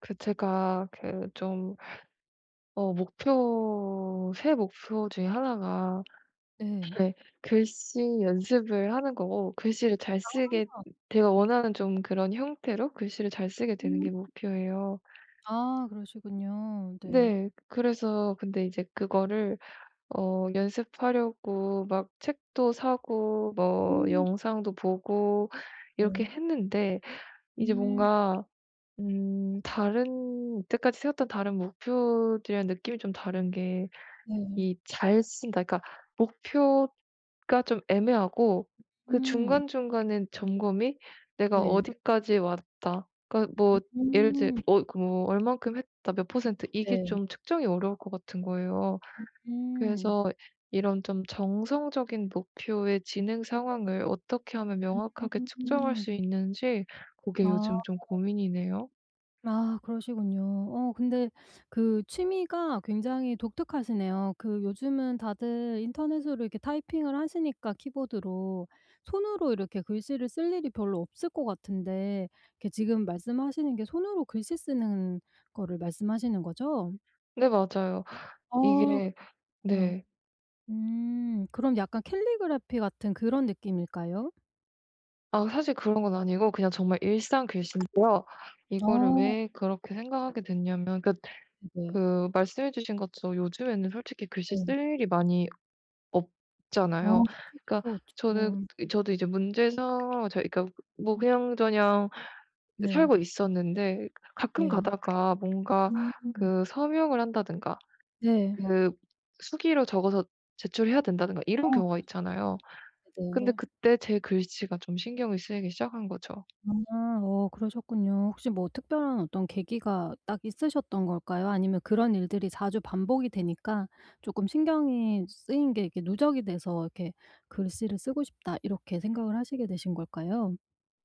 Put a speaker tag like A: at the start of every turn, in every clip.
A: 제가 좀 목표, 새해 목표 중에 하나가.
B: 네.
A: 네. 글씨 연습을 하는 거고, 글씨를 잘 쓰게
B: 우와.
A: 제가 원하는 좀 그런 형태로 글씨를 잘 쓰게 되는
B: 음.
A: 게 목표예요.
B: 아 그러시군요. 네.
A: 네. 그래서 근데 이제 그거를 연습하려고 막 책도 사고 뭐
B: 음.
A: 영상도 보고 이렇게
B: 네.
A: 했는데 이제
B: 음.
A: 뭔가, 다른 이때까지 세웠던 다른 목표들이랑 느낌이 좀 다른 게,
B: 네.
A: 이 잘 쓴다 그러니까 목표가 좀 애매하고, 그
B: 음.
A: 중간중간에 점검이 '내가
B: 네.
A: 어디까지 왔다.' 그러니까 뭐 예를 들어
B: 음.
A: 그 뭐 얼만큼 했다 몇 퍼센트, 이게
B: 네.
A: 좀 측정이 어려울 것 같은 거예요.
B: 음.
A: 그래서 이런 좀 정성적인 목표의 진행 상황을 어떻게 하면 명확하게 측정할
B: 음.
A: 수 있는지, 그게
B: 아.
A: 요즘 좀 고민이네요.
B: 아 그러시군요. 어 근데 그 취미가 굉장히 독특하시네요. 그 요즘은 다들 인터넷으로 이렇게 타이핑을 하시니까 키보드로 손으로 이렇게 글씨를 쓸 일이 별로 없을 것 같은데 이렇게 지금 말씀하시는 게 손으로 글씨 쓰는 거를 말씀하시는 거죠?
A: 네, 맞아요.
B: 어
A: 이게
B: 그
A: 네.
B: 그럼 약간 캘리그라피 같은 그런 느낌일까요?
A: 아, 사실 그런 건 아니고 그냥 정말 일상 글씨인데요. 이거를
B: 아
A: 왜 그렇게 생각하게 됐냐면 그,
B: 네네.
A: 그 말씀해 주신 것처럼 요즘에는 솔직히 글씨
B: 네.
A: 쓸 일이 많이
B: 아
A: 없잖아요.
B: 그쵸,
A: 그러니까
B: 그쵸,
A: 저는,
B: 그쵸.
A: 저도 이제 문제서 저 그러니까 뭐
B: 음
A: 그냥저냥
B: 네.
A: 살고 있었는데, 가끔
B: 네.
A: 가다가 뭔가
B: 음.
A: 그 서명을 한다든가,
B: 네.
A: 그 수기로 적어서 제출해야 된다든가 이런
B: 어
A: 경우가
B: 그쵸, 그쵸.
A: 있잖아요. 근데
B: 네네.
A: 그때 제 글씨가 좀 신경이 쓰이기 시작한 거죠.
B: 아 어 그러셨군요. 혹시 뭐 특별한 어떤 계기가 딱 있으셨던 걸까요? 아니면 그런 일들이 자주 반복이 되니까 쪼끔 신경이 쓰인 게 이렇게 누적이 돼서 이렇게 '글씨를 쓰고 싶다.' 이렇게 생각을 하시게 되신 걸까요?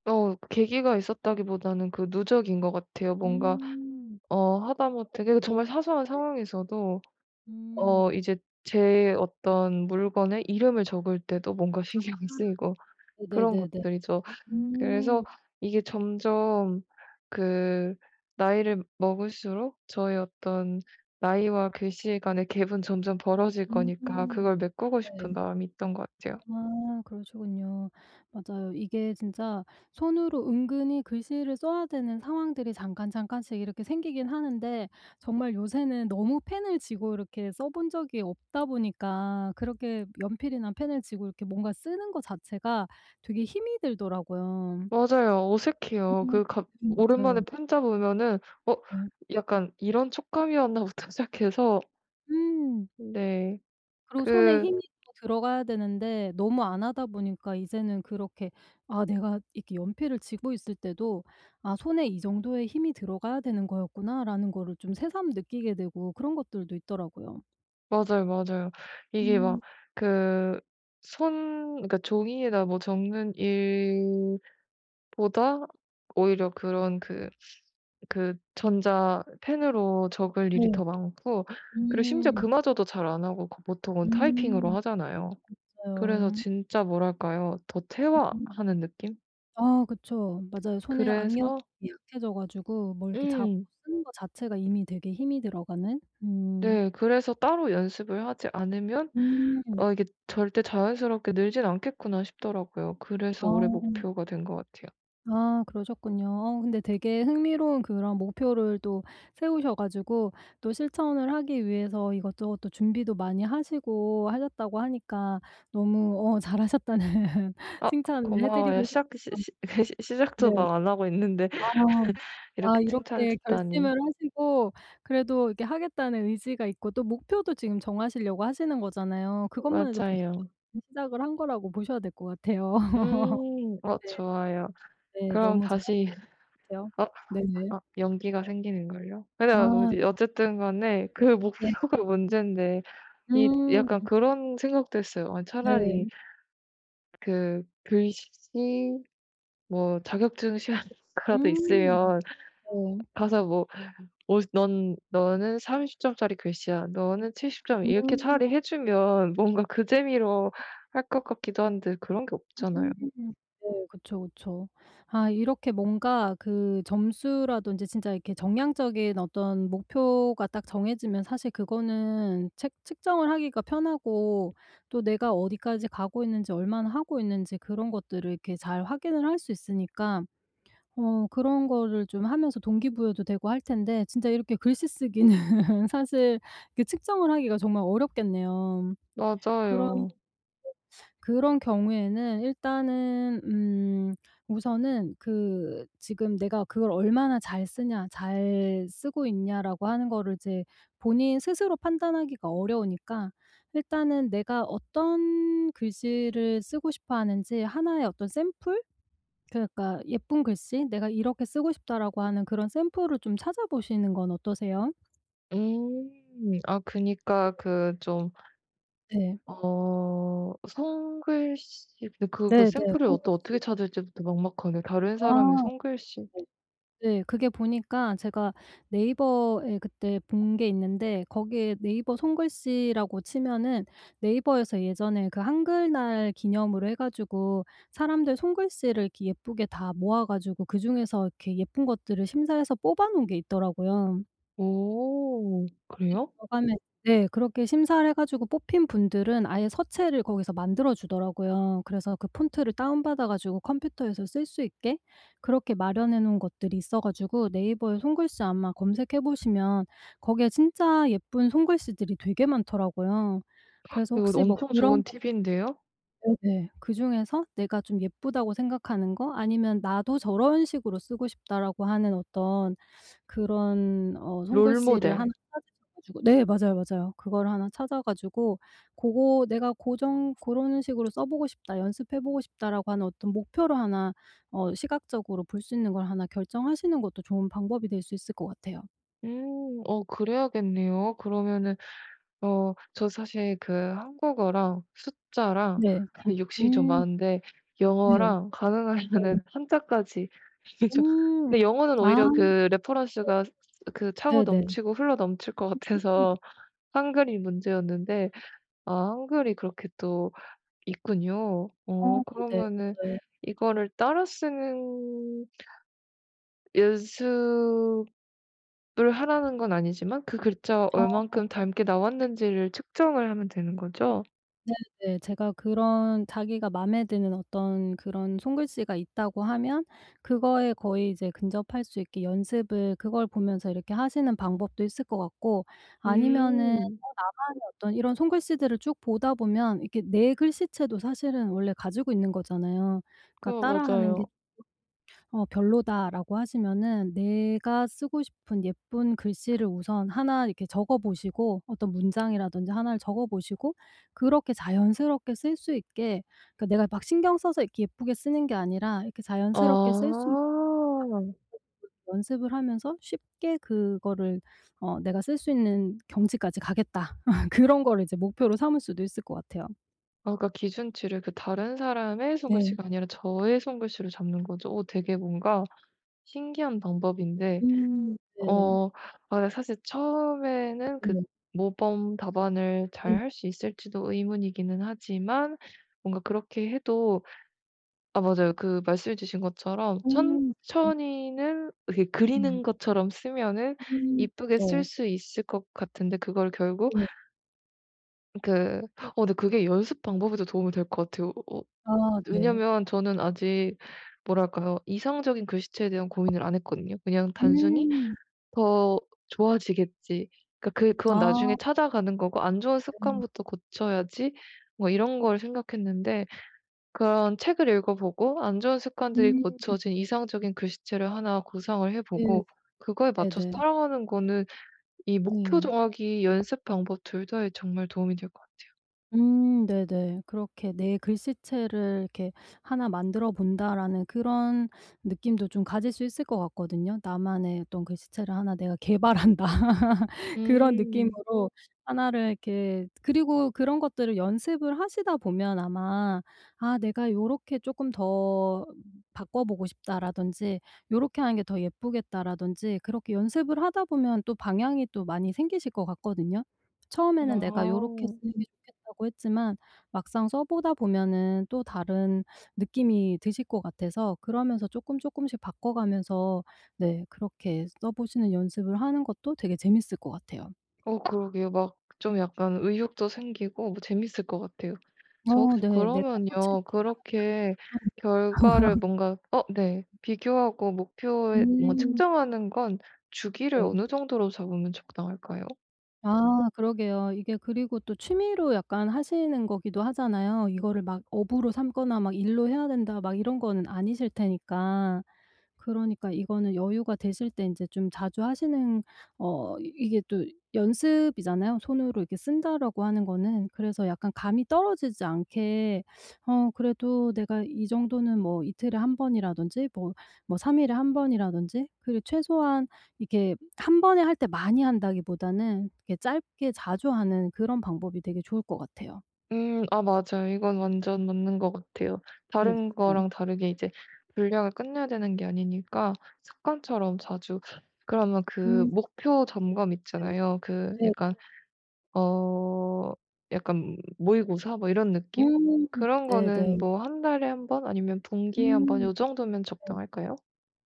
A: 계기가 있었다기보다는 그 누적인 것 같아요. 뭔가
B: 음.
A: 하다못해 그 정말 사소한
B: 네.
A: 상황에서도
B: 음.
A: 이제 제 어떤 물건에 이름을 적을 때도 뭔가 신경이 쓰이고 그런
B: 네네네네.
A: 것들이죠. 그래서
B: 음.
A: 이게 점점 그 나이를 먹을수록, 저의 어떤 나이와 글씨 간의 갭은 점점 벌어질
B: 음.
A: 거니까 그걸 메꾸고
B: 네.
A: 싶은 마음이 있던 것 같아요.
B: 아 그러시군요. 맞아요. 이게 진짜 손으로 은근히 글씨를 써야 되는 상황들이 잠깐 잠깐씩 이렇게 생기긴 하는데 정말 요새는 너무 펜을 쥐고 이렇게 써본 적이 없다 보니까 그렇게 연필이나 펜을 쥐고 이렇게 뭔가 쓰는 거 자체가 되게 힘이 들더라고요.
A: 맞아요, 어색해요.
B: 음.
A: 그 갑
B: 네
A: 오랜만에
B: 맞아요.
A: 편자 보면은 '어
B: 네.
A: 약간 이런 촉감이었나?'부터 시작해서
B: 음.
A: 네.
B: 그리고 손에
A: 그
B: 힘이 또 들어가야 되는데 너무 안 하다 보니까 이제는 그렇게 아 내가 이렇게 연필을 쥐고 있을 때도 '아 손에 이 정도의 힘이 들어가야 되는 거였구나.'라는 거를 좀 새삼 느끼게 되고 그런 것들도 있더라고요.
A: 맞아요, 맞아요. 이게
B: 음
A: 막 그 손, 그러니까 종이에다 뭐 적는 일보다 오히려 그런 그 전자 펜으로 적을 일이
B: 네.
A: 더 많고, 그리고 심지어
B: 음.
A: 그마저도 잘 안 하고 그 보통은 타이핑으로
B: 음.
A: 하잖아요. 그래서
B: 맞아요.
A: 진짜 뭐랄까요? 더
B: 음.
A: 태화하는 느낌?
B: 아 그쵸. 맞아요. 손에 악력이
A: 그래서
B: 약해져 가지고 뭐 이렇게 잡고
A: 음.
B: 쓰는 거 자체가 이미 되게 힘이 들어가는
A: 네. 그래서 따로 연습을 하지 않으면
B: 음.
A: 이게 절대 자연스럽게 늘진 않겠구나.' 싶더라고요. 그래서 올해
B: 아.
A: 목표가 된 것 같아요.
B: 아 그러셨군요. 어 근데 되게 흥미로운 그런 목표를 또 세우셔 가지고 또 실천을 하기 위해서 이것저것 또 준비도 많이 하시고 하셨다고 하니까 너무 어 잘하셨다는
A: 아
B: 칭찬을 해
A: 고마워요.
B: 드리고
A: 시작 시
B: 싶어요.
A: 시 시 시작도
B: 네.
A: 막 안 하고 있는데
B: 아 아
A: 이렇게 칭찬을
B: 이렇게 결심을
A: 듣다니.
B: 하시고 그래도 이렇게 하겠다는 의지가 있고 또 목표도 지금 정하시려고 하시는 거잖아요. 그것만 해도 벌써
A: 맞아요.
B: 시작을 한 거라고 보셔야 될 것 같아요.
A: 음.
B: 네.
A: 좋아요.
B: 네.
A: 그럼
B: 너무 잘하신
A: 다시
B: 것 같아요.
A: 어
B: 네네.
A: 아 연기가 생기는 걸요? 근데 아
B: 아
A: 뭐지, 어쨌든 간에 그
B: 네.
A: 목표가 문인데, 이
B: 음.
A: 약간 그런 생각도 했어요. 아 차라리
B: 네.
A: 그 글씨 뭐 자격증 시험이라도
B: 음.
A: 있으면
B: 네.
A: 가서 뭐 "오 넌, 너는 30점 점짜리 글씨야. 너는 70점 점." 이렇게
B: 음.
A: 차라리 해 주면 뭔가 그 재미로 할 것 같기도 한데, 그런 게 없잖아요.
B: 음. 네. 그쵸, 그쵸. 아 이렇게 뭔가 그 점수라든지 진짜 이렇게 정량적인 어떤 목표가 딱 정해지면 사실 그거는 책 측정을 하기가 편하고 또 내가 어디까지 가고 있는지 얼마나 하고 있는지 그런 것들을 이렇게 잘 확인을 할 수 있으니까 어 그런 거를 좀 하면서 동기부여도 되고 할 텐데 진짜 이렇게 글씨 쓰기는 사실 그 측정을 하기가 정말 어렵겠네요. 그런
A: 맞아요.
B: 그런 경우에는 일단은 우선은 그 지금 내가 그걸 얼마나 잘 쓰냐 잘 쓰고 있냐라고 하는 거를 이제 본인 스스로 판단하기가 어려우니까 일단은 내가 어떤 글씨를 쓰고 싶어 하는지 하나의 어떤 샘플? 그러니까 '예쁜 글씨 내가 이렇게 쓰고 싶다.'라고 하는 그런 샘플을 좀 찾아보시는 건 어떠세요?
A: 음. 아 그니까 그 좀
B: 네.
A: 손글씨, 근데 그거
B: 네네.
A: 샘플을 또
B: 손글씨.
A: 어떻게 찾을지부터 막막하네. 다른 사람의
B: 아
A: 손글씨.
B: 네. 네. 그게 보니까 제가 네이버에 그때 본 게 있는데 거기에 네이버 손글씨라고 치면은 네이버에서 예전에 그 한글날 기념으로 해 가지고 사람들 손글씨를 이렇게 예쁘게 다 모아 가지고 그중에서 이렇게 예쁜 것들을 심사해서 뽑아 놓은 게 있더라고요.
A: 오
B: 거기에
A: 그래요?
B: 들어가면 네 그렇게 심사를 해 가지고 뽑힌 분들은 아예 서체를 거기서 만들어 주더라고요. 그래서 그 폰트를 다운받아 가지고 컴퓨터에서 쓸 수 있게 그렇게 마련해 놓은 것들이 있어 가지고 네이버에 손글씨 아마 검색해 보시면 거기에 진짜 예쁜 손글씨들이 되게 많더라고요. 그래서
A: 이거
B: 혹시 뭐
A: 엄청
B: 그런
A: 좋은 팁인데요.
B: 네네. 그중에서 내가 좀 예쁘다고 생각하는 거 아니면 '나도 저런 식으로 쓰고 싶다.'라고 하는 어떤 그런 어 손글씨를
A: 롤모델.
B: 하나 찾으셔 가지고 네 맞아요, 맞아요. 그거를 하나 찾아 가지고 고거 '내가 고정 고런 식으로 써보고 싶다. 연습해 보고 싶다.'라고 하는 어떤 목표를 하나 어 시각적으로 볼 수 있는 걸 하나 결정하시는 것도 좋은 방법이 될 수 있을 것 같아요.
A: 음. 그래야겠네요. 그러면은 저 사실 그 한국어랑 숫자랑
B: 네.
A: 욕심이 좀
B: 음
A: 많은데,
B: 네.
A: 영어랑
B: 네.
A: 가능하면은 한자까지 좀.
B: 음.
A: 근데 영어는
B: 아
A: 오히려 그 레퍼런스가 그 차고
B: 네네.
A: 넘치고 흘러 넘칠 것 같아서 한글이 문제였는데, 아 한글이 그렇게 또 있군요.
B: 어 네네.
A: 그러면은
B: 맞아요.
A: 이거를 따라 쓰는 연습 를 하라는 건 아니지만, 그 글자와 얼만큼 닮게 나왔는지를 측정을 하면 되는 거죠?
B: 네. 제가 그런 자기가 마음에 드는 어떤 그런 손글씨가 있다고 하면 그거에 거의 이제 근접할 수 있게 연습을 그걸 보면서 이렇게 하시는 방법도 있을 것 같고 아니면은
A: 음.
B: 어 나만의 어떤 이런 손글씨들을 쭉 보다 보면 이렇게 내 글씨체도 사실은 원래 가지고 있는 거잖아요. 그러니까
A: 그거
B: 따라하는
A: 맞아요.
B: 게 어 "별로다."라고 하시면은 내가 쓰고 싶은 예쁜 글씨를 우선 하나 이렇게 적어 보시고 어떤 문장이라든지 하나를 적어 보시고 그렇게 자연스럽게 쓸 수 있게 그러니까 내가 막 신경 써서 이렇게 예쁘게 쓰는 게 아니라 이렇게 자연스럽게 쓸 수
A: 아.
B: 있게 연습을 하면서 쉽게 그거를 어 '내가 쓸 수 있는 경지까지 가겠다.' 그런 거를 이제 목표로 삼을 수도 있을 것 같아요.
A: 아 그러니까 기준치를 그 다른 사람의
B: 네.
A: 손글씨가 아니라 저의 손글씨로 잡는 거죠. 되게 뭔가 신기한 방법인데
B: 음. 네.
A: 어 아, 사실 처음에는 그
B: 네.
A: 모범 답안을
B: 네.
A: 잘 할 수 있을지도 의문이기는 하지만 뭔가 그렇게 해도, 아 맞아요. 그 말씀해 주신 것처럼
B: 음. 네. 네.
A: 천천히는 이렇게 그리는 것처럼 쓰면은
B: 음.
A: 이쁘게 쓸
B: 네.
A: 수 있을 것 같은데, 그걸 결국
B: 네.
A: 그, 근데 그게 연습 방법에도 도움이 될 것 같아요.
B: 아 네.
A: 왜냐면 저는 아직 뭐랄까요? 이상적인 글씨체에 대한 고민을 안 했거든요. 그냥 단순히
B: 음.
A: '더 좋아지겠지.' 그러니까 그 그건
B: 아
A: 나중에 찾아가는 거고 '안 좋은
B: 네.
A: 습관부터 고쳐야지.' 뭐 이런 걸 생각했는데, 그런 책을 읽어보고 안 좋은 습관들이
B: 음. 네.
A: 고쳐진 이상적인 글씨체를 하나 구상을
B: 네네.
A: 해보고 그거에 맞춰서
B: 네.
A: 따라가는 거는, 이 목표
B: 네.
A: 정하기 연습 방법 둘 다에 정말 도움이 될 것 같아요.
B: 네네. 그렇게 '내 글씨체를 이렇게 하나 만들어 본다.'라는 그런 느낌도 좀 가질 수 있을 것 같거든요. '나만의 어떤 글씨체를 하나 내가 개발한다.' 그런
A: 음.
B: 느낌으로 하나를 이렇게 그리고 그런 것들을 연습을 하시다 보면 아마 '아 내가 요렇게 조금 더 바꿔 보고 싶다.'라든지 '요렇게 하는 게 더 예쁘겠다.'라든지 그렇게 연습을 하다 보면 또 방향이 또 많이 생기실 것 같거든요.
A: 아.
B: 처음에는 내가 요렇게
A: 네.
B: 쓰는 게 좋겠다고 했지만 막상 써 보다 보면은 또 다른 느낌이 드실 것 같아서 그러면서 쪼끔 쪼끔씩 바꿔 가면서 네 그렇게 써 보시는 연습을 하는 것도 되게 재밌을 것 같아요.
A: 그러게요. 막 좀 약간 의욕도 생기고 뭐 재밌을 것 같아요. 저
B: 어
A: 혹시
B: 네. 내가 소체을
A: 그러면요. 그렇게
B: 개발하면
A: 결과를 뭔가 어, 네, 비교하고 목표에 뭐
B: 음
A: 측정하는 건 주기를
B: 네.
A: 어느 정도로 잡으면 적당할까요?
B: 아 그러게요. 이게 그리고 또 취미로 약간 하시는 거기도 하잖아요. 이거를 막 업으로 삼거나 막 일로 해야 된다 막 이런 거는 아니실 테니까. 그러니까 이거는 여유가 되실 때 인제 좀 자주 하시는 어 이 이게 또 연습이잖아요, 손으로 이렇게 쓴다라고 하는 거는. 그래서 약간 감이 떨어지지 않게 어 그래도 내가 이 정도는 뭐 이틀에 한 번이라든지 뭐 3일 일에 한 번이라든지 그리고 최소한 이게 한 번에 할 때 많이 한다기보다는 이렇게 짧게 자주 하는 그런 방법이 되게 좋을 것 같아요.
A: 음. 아 맞아요. 이건 완전 맞는 것 같아요. 다른
B: 네네네.
A: 거랑 다르게 이제 분량을 끝내야 되는 게 아니니까 습관처럼 자주, 그러면 그
B: 음
A: 목표 점검
B: 네.
A: 있잖아요, 그
B: 네.
A: 약간 어 약간 모의고사 뭐 이런 느낌?
B: 음
A: 그런 거는
B: 네네.
A: 뭐 한 달에 한 번 아니면 분기에 한 번
B: 음.
A: 요 정도면
B: 네.
A: 적당할까요?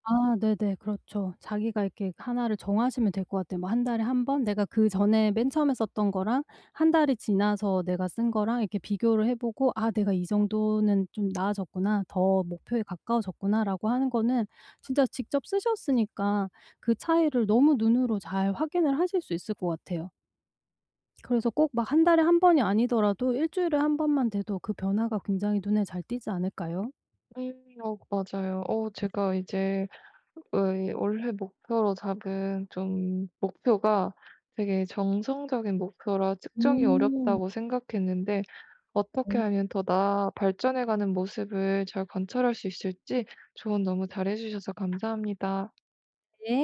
B: 아 네네. 그렇죠. 자기가 이렇게 하나를 정하시면 될 것 같아요. 뭐 한 달에 한 번 내가 그전에 맨 처음에 썼던 거랑 한 달이 지나서 내가 쓴 거랑 이렇게 비교를 해 보고 '아 내가 이 정도는 좀 나아졌구나. 더 목표에 가까워졌구나.'라고 하는 거는 진짜 직접 쓰셨으니까 그 차이를 너무 눈으로 잘 확인을 하실 수 있을 것 같아요. 그래서 꼭 막 한 달에 한 번이 아니더라도 일 주일에 한 번만 돼도 그 변화가 굉장히 눈에 잘 띄지 않을까요?
A: 음. 맞아요. 제가 이제 의 올해 목표로 잡은 좀 목표가 되게 정성적인 목표라 측정이
B: 음.
A: 어렵다고 생각했는데 어떻게 하면 더 나아 발전해가는 모습을 잘 관찰할 수 있을지 조언 너무 잘해주셔서 감사합니다.
B: 네.